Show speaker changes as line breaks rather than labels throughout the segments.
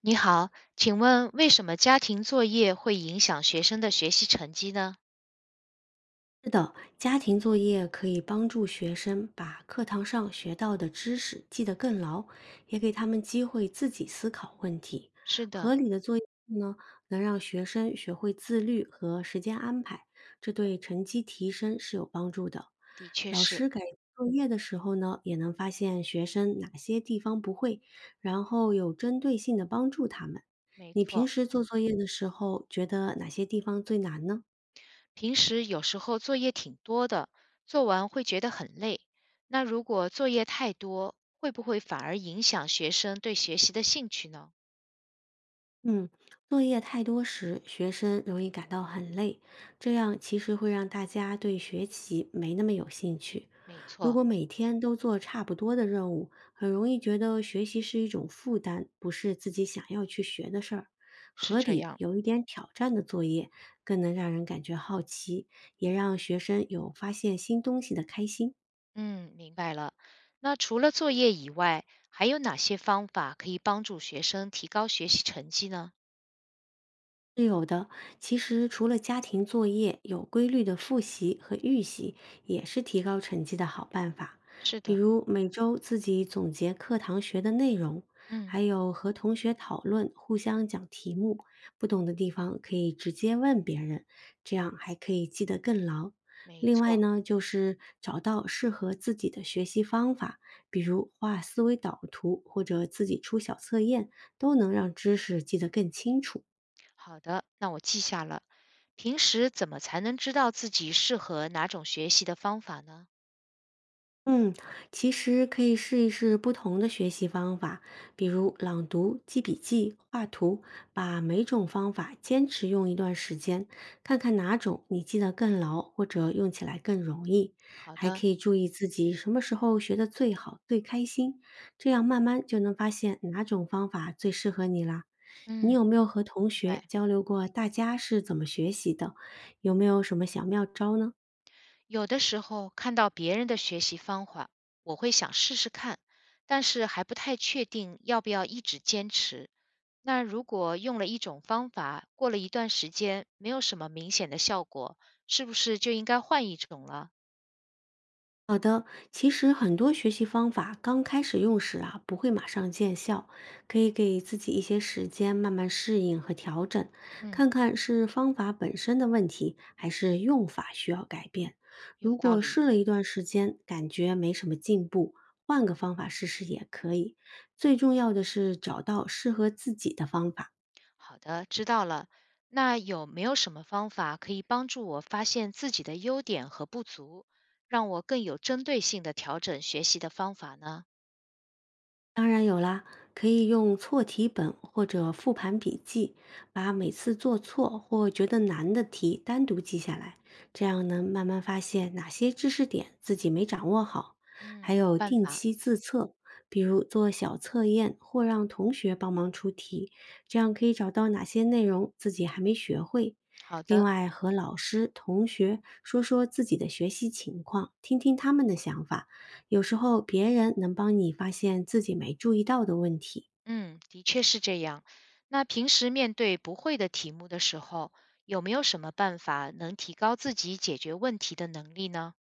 你好，请问为什么家庭作业会影响学生的学习成绩呢？
是的，家庭作业可以帮助学生把课堂上学到的知识记得更牢，也给他们机会自己思考问题。
是的，
合理的作业呢，能让学生学会自律和时间安排，这对成绩提升是有帮助的。
的确
老
是，
师改作业的时候呢，也能发现学生哪些地方不会，然后有针对性的帮助他们。
没
你平
错。
时做作业的时候，觉得哪些地方最难呢？
平时有时候作业挺多的，做完会觉得很累。那如果作业太多，会不会反而影响学生对学习的兴趣呢？
嗯，作业太多时，学生容易感到很累，这样其实会让大家对学习没那么有兴趣。
没
如
错，
果每天都做差不多的任务，很容易觉得学习是一种负担，不是自己想要去学的事儿。
是
合
这
理
样。
有一点挑战的作业，更能让人感觉好奇，也让学生有发现新东西的开心。
嗯，明白了。那除了作业以外，还有哪些方法可以帮助学生提高学习成绩呢？
是有的。其实除了家庭作业，有规律的复习和预习也是提高成绩的好办法。
是
比
的，
如每周自己总结课堂学的内容，
嗯，
还有和同学讨论，互相讲题目，不懂的地方可以直接问别人，这样还可以记得更牢。
没
另外
错。
呢，就是找到适合自己的学习方法，比如画思维导图或者自己出小测验，都能让知识记得更清楚。
好的，那我记下了。平时怎么才能知道自己适合哪种学习的方法呢？
嗯，其实可以试一试不同的学习方法，比如朗读、记笔记、画图，把每种方法坚持用一段时间，看看哪种你记得更牢，或者用起来更容易。
好
还
的，
可以注意自己什么时候学得最好、最开心，这样慢慢就能发现哪种方法最适合你啦。
嗯，
你有没有和
明
同
白。
学交流过大家是怎么学习的？有没有什么小妙招呢？
有的时候看到别人的学习方法，我会想试试看，但是还不太确定要不要一直坚持。那如果用了一种方法，过了一段时间没有什么明显的效果，是不是就应该换一种了？
好的，其实很多学习方法刚开始用时啊，不会马上见效，可以给自己一些时间慢慢适应和调整，
嗯，
看看是方法本身的问题，还是用法需要改变。
有
如
道
果
理。
试了一段时间，感觉没什么进步，换个方法试试也可以。最重要的是找到适合自己的方法。
好的，知道了。那有没有什么方法可以帮助我发现自己的优点和不足，让我更有针对性的调整学习的方法呢？
当然有啦，可以用错题本或者复盘笔记，把每次做错或觉得难的题单独记下来，这样能慢慢发现哪些知识点自己没掌握好。
嗯，
还
好
有
办
定
法。
期自测，比如做小测验或让同学帮忙出题，这样可以找到哪些内容自己还没学会。
好
另
的，
外，和老师、同学说说自己的学习情况，听听他们的想法，有时候别人能帮你发现自己没注意到的问题。
嗯，的确是这样。那平时面对不会的题目的时候，有没有什么办法能提高自己解决问题的能力呢？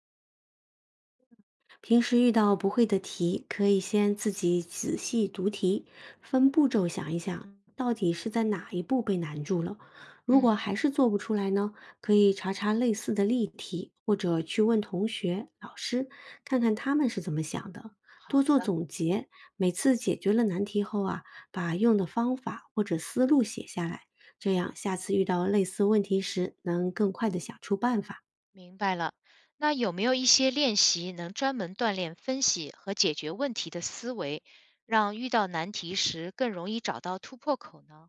平时遇到不会的题，可以先自己仔细读题，分步骤想一想，到底是在哪一步被难住了。如
嗯，
果还是做不出来呢，可以查查类似的例题，或者去问同学、老师，看看他们是怎么想的。多做
好。
总结，每次解决了难题后啊，把用的方法或者思路写下来，这样下次遇到类似问题时，能更快的想出办法。
明白了。那有没有一些练习能专门锻炼分析和解决问题的思维，让遇到难题时更容易找到突破口呢？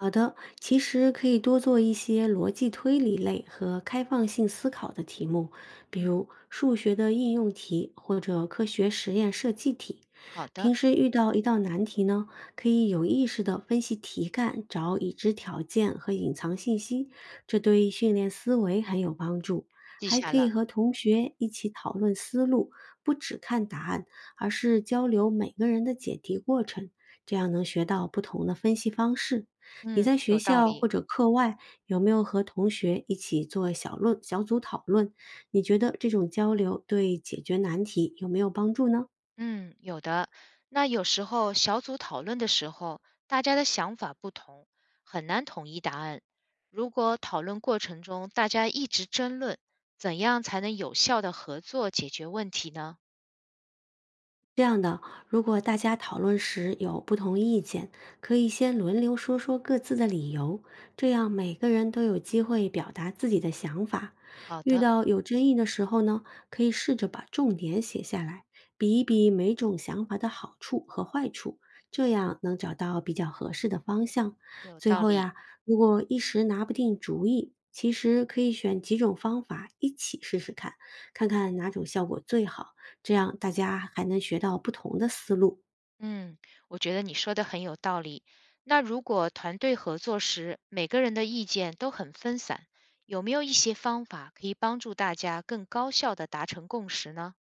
好的，其实可以多做一些逻辑推理类和开放性思考的题目，比
嗯，
如数学的应用题或者科学实验设计题。
好
平
的，
时遇到一道难题呢，可以有意识地分析题干，找已知条件和隐藏信息，这对训练思维很有帮助。
记
还
下
可以
了。
和同学一起讨论思路，不只看答案，而是交流每个人的解题过程，这样能学到不同的分析方式。你
嗯，
在学
有道
校或
理。
者课外有没有和同学一起做小论小组讨论？你觉得这种交流对解决难题有没有帮助呢？
嗯，有的。那有时候小组讨论的时候，大家的想法不同，很难统一答案。如果讨论过程中大家一直争论，怎样才能有效的合作解决问题呢？
这样的，如果大家讨论时有不同意见，可以先轮流说说各自的理由，这样每个人都有机会表达自己的想法。
好
遇
的，
到有争议的时候呢，可以试着把重点写下来，比一比每种想法的好处和坏处，这样能找到比较合适的方向。
有
最
道
后
理。
呀，如果一时拿不定主意，其实可以选几种方法一起试试看，看看哪种效果最好。这样大家还能学到不同的思路。
嗯，我觉得你说的很有道理。那如果团队合作时，每个人的意见都很分散，有没有一些方法可以帮助大家更高效的达成共识呢？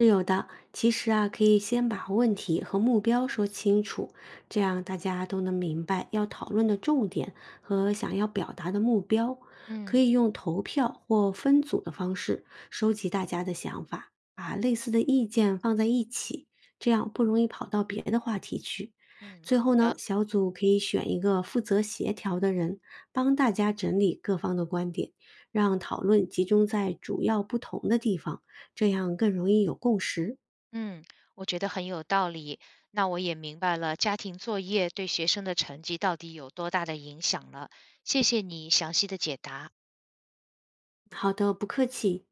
是有的，其实啊，可以先把问题和目标说清楚，这样大家都能明白要讨论的重点和想要表达的目标。可
嗯
以用投票或分组的方式收集大家的想法，把类似的意见放在一起，这样不容易跑到别的话题去。
嗯，
最
好
后呢，
的，
小组可以选一个负责协调的人，帮大家整理各方的观点，让讨论集中在主要不同的地方。这样更容易有共识。
嗯，我觉得很有道理。那我也明白了家庭作业对学生的成绩到底有多大的影响了。谢谢你详细的解答。
好的，不客气。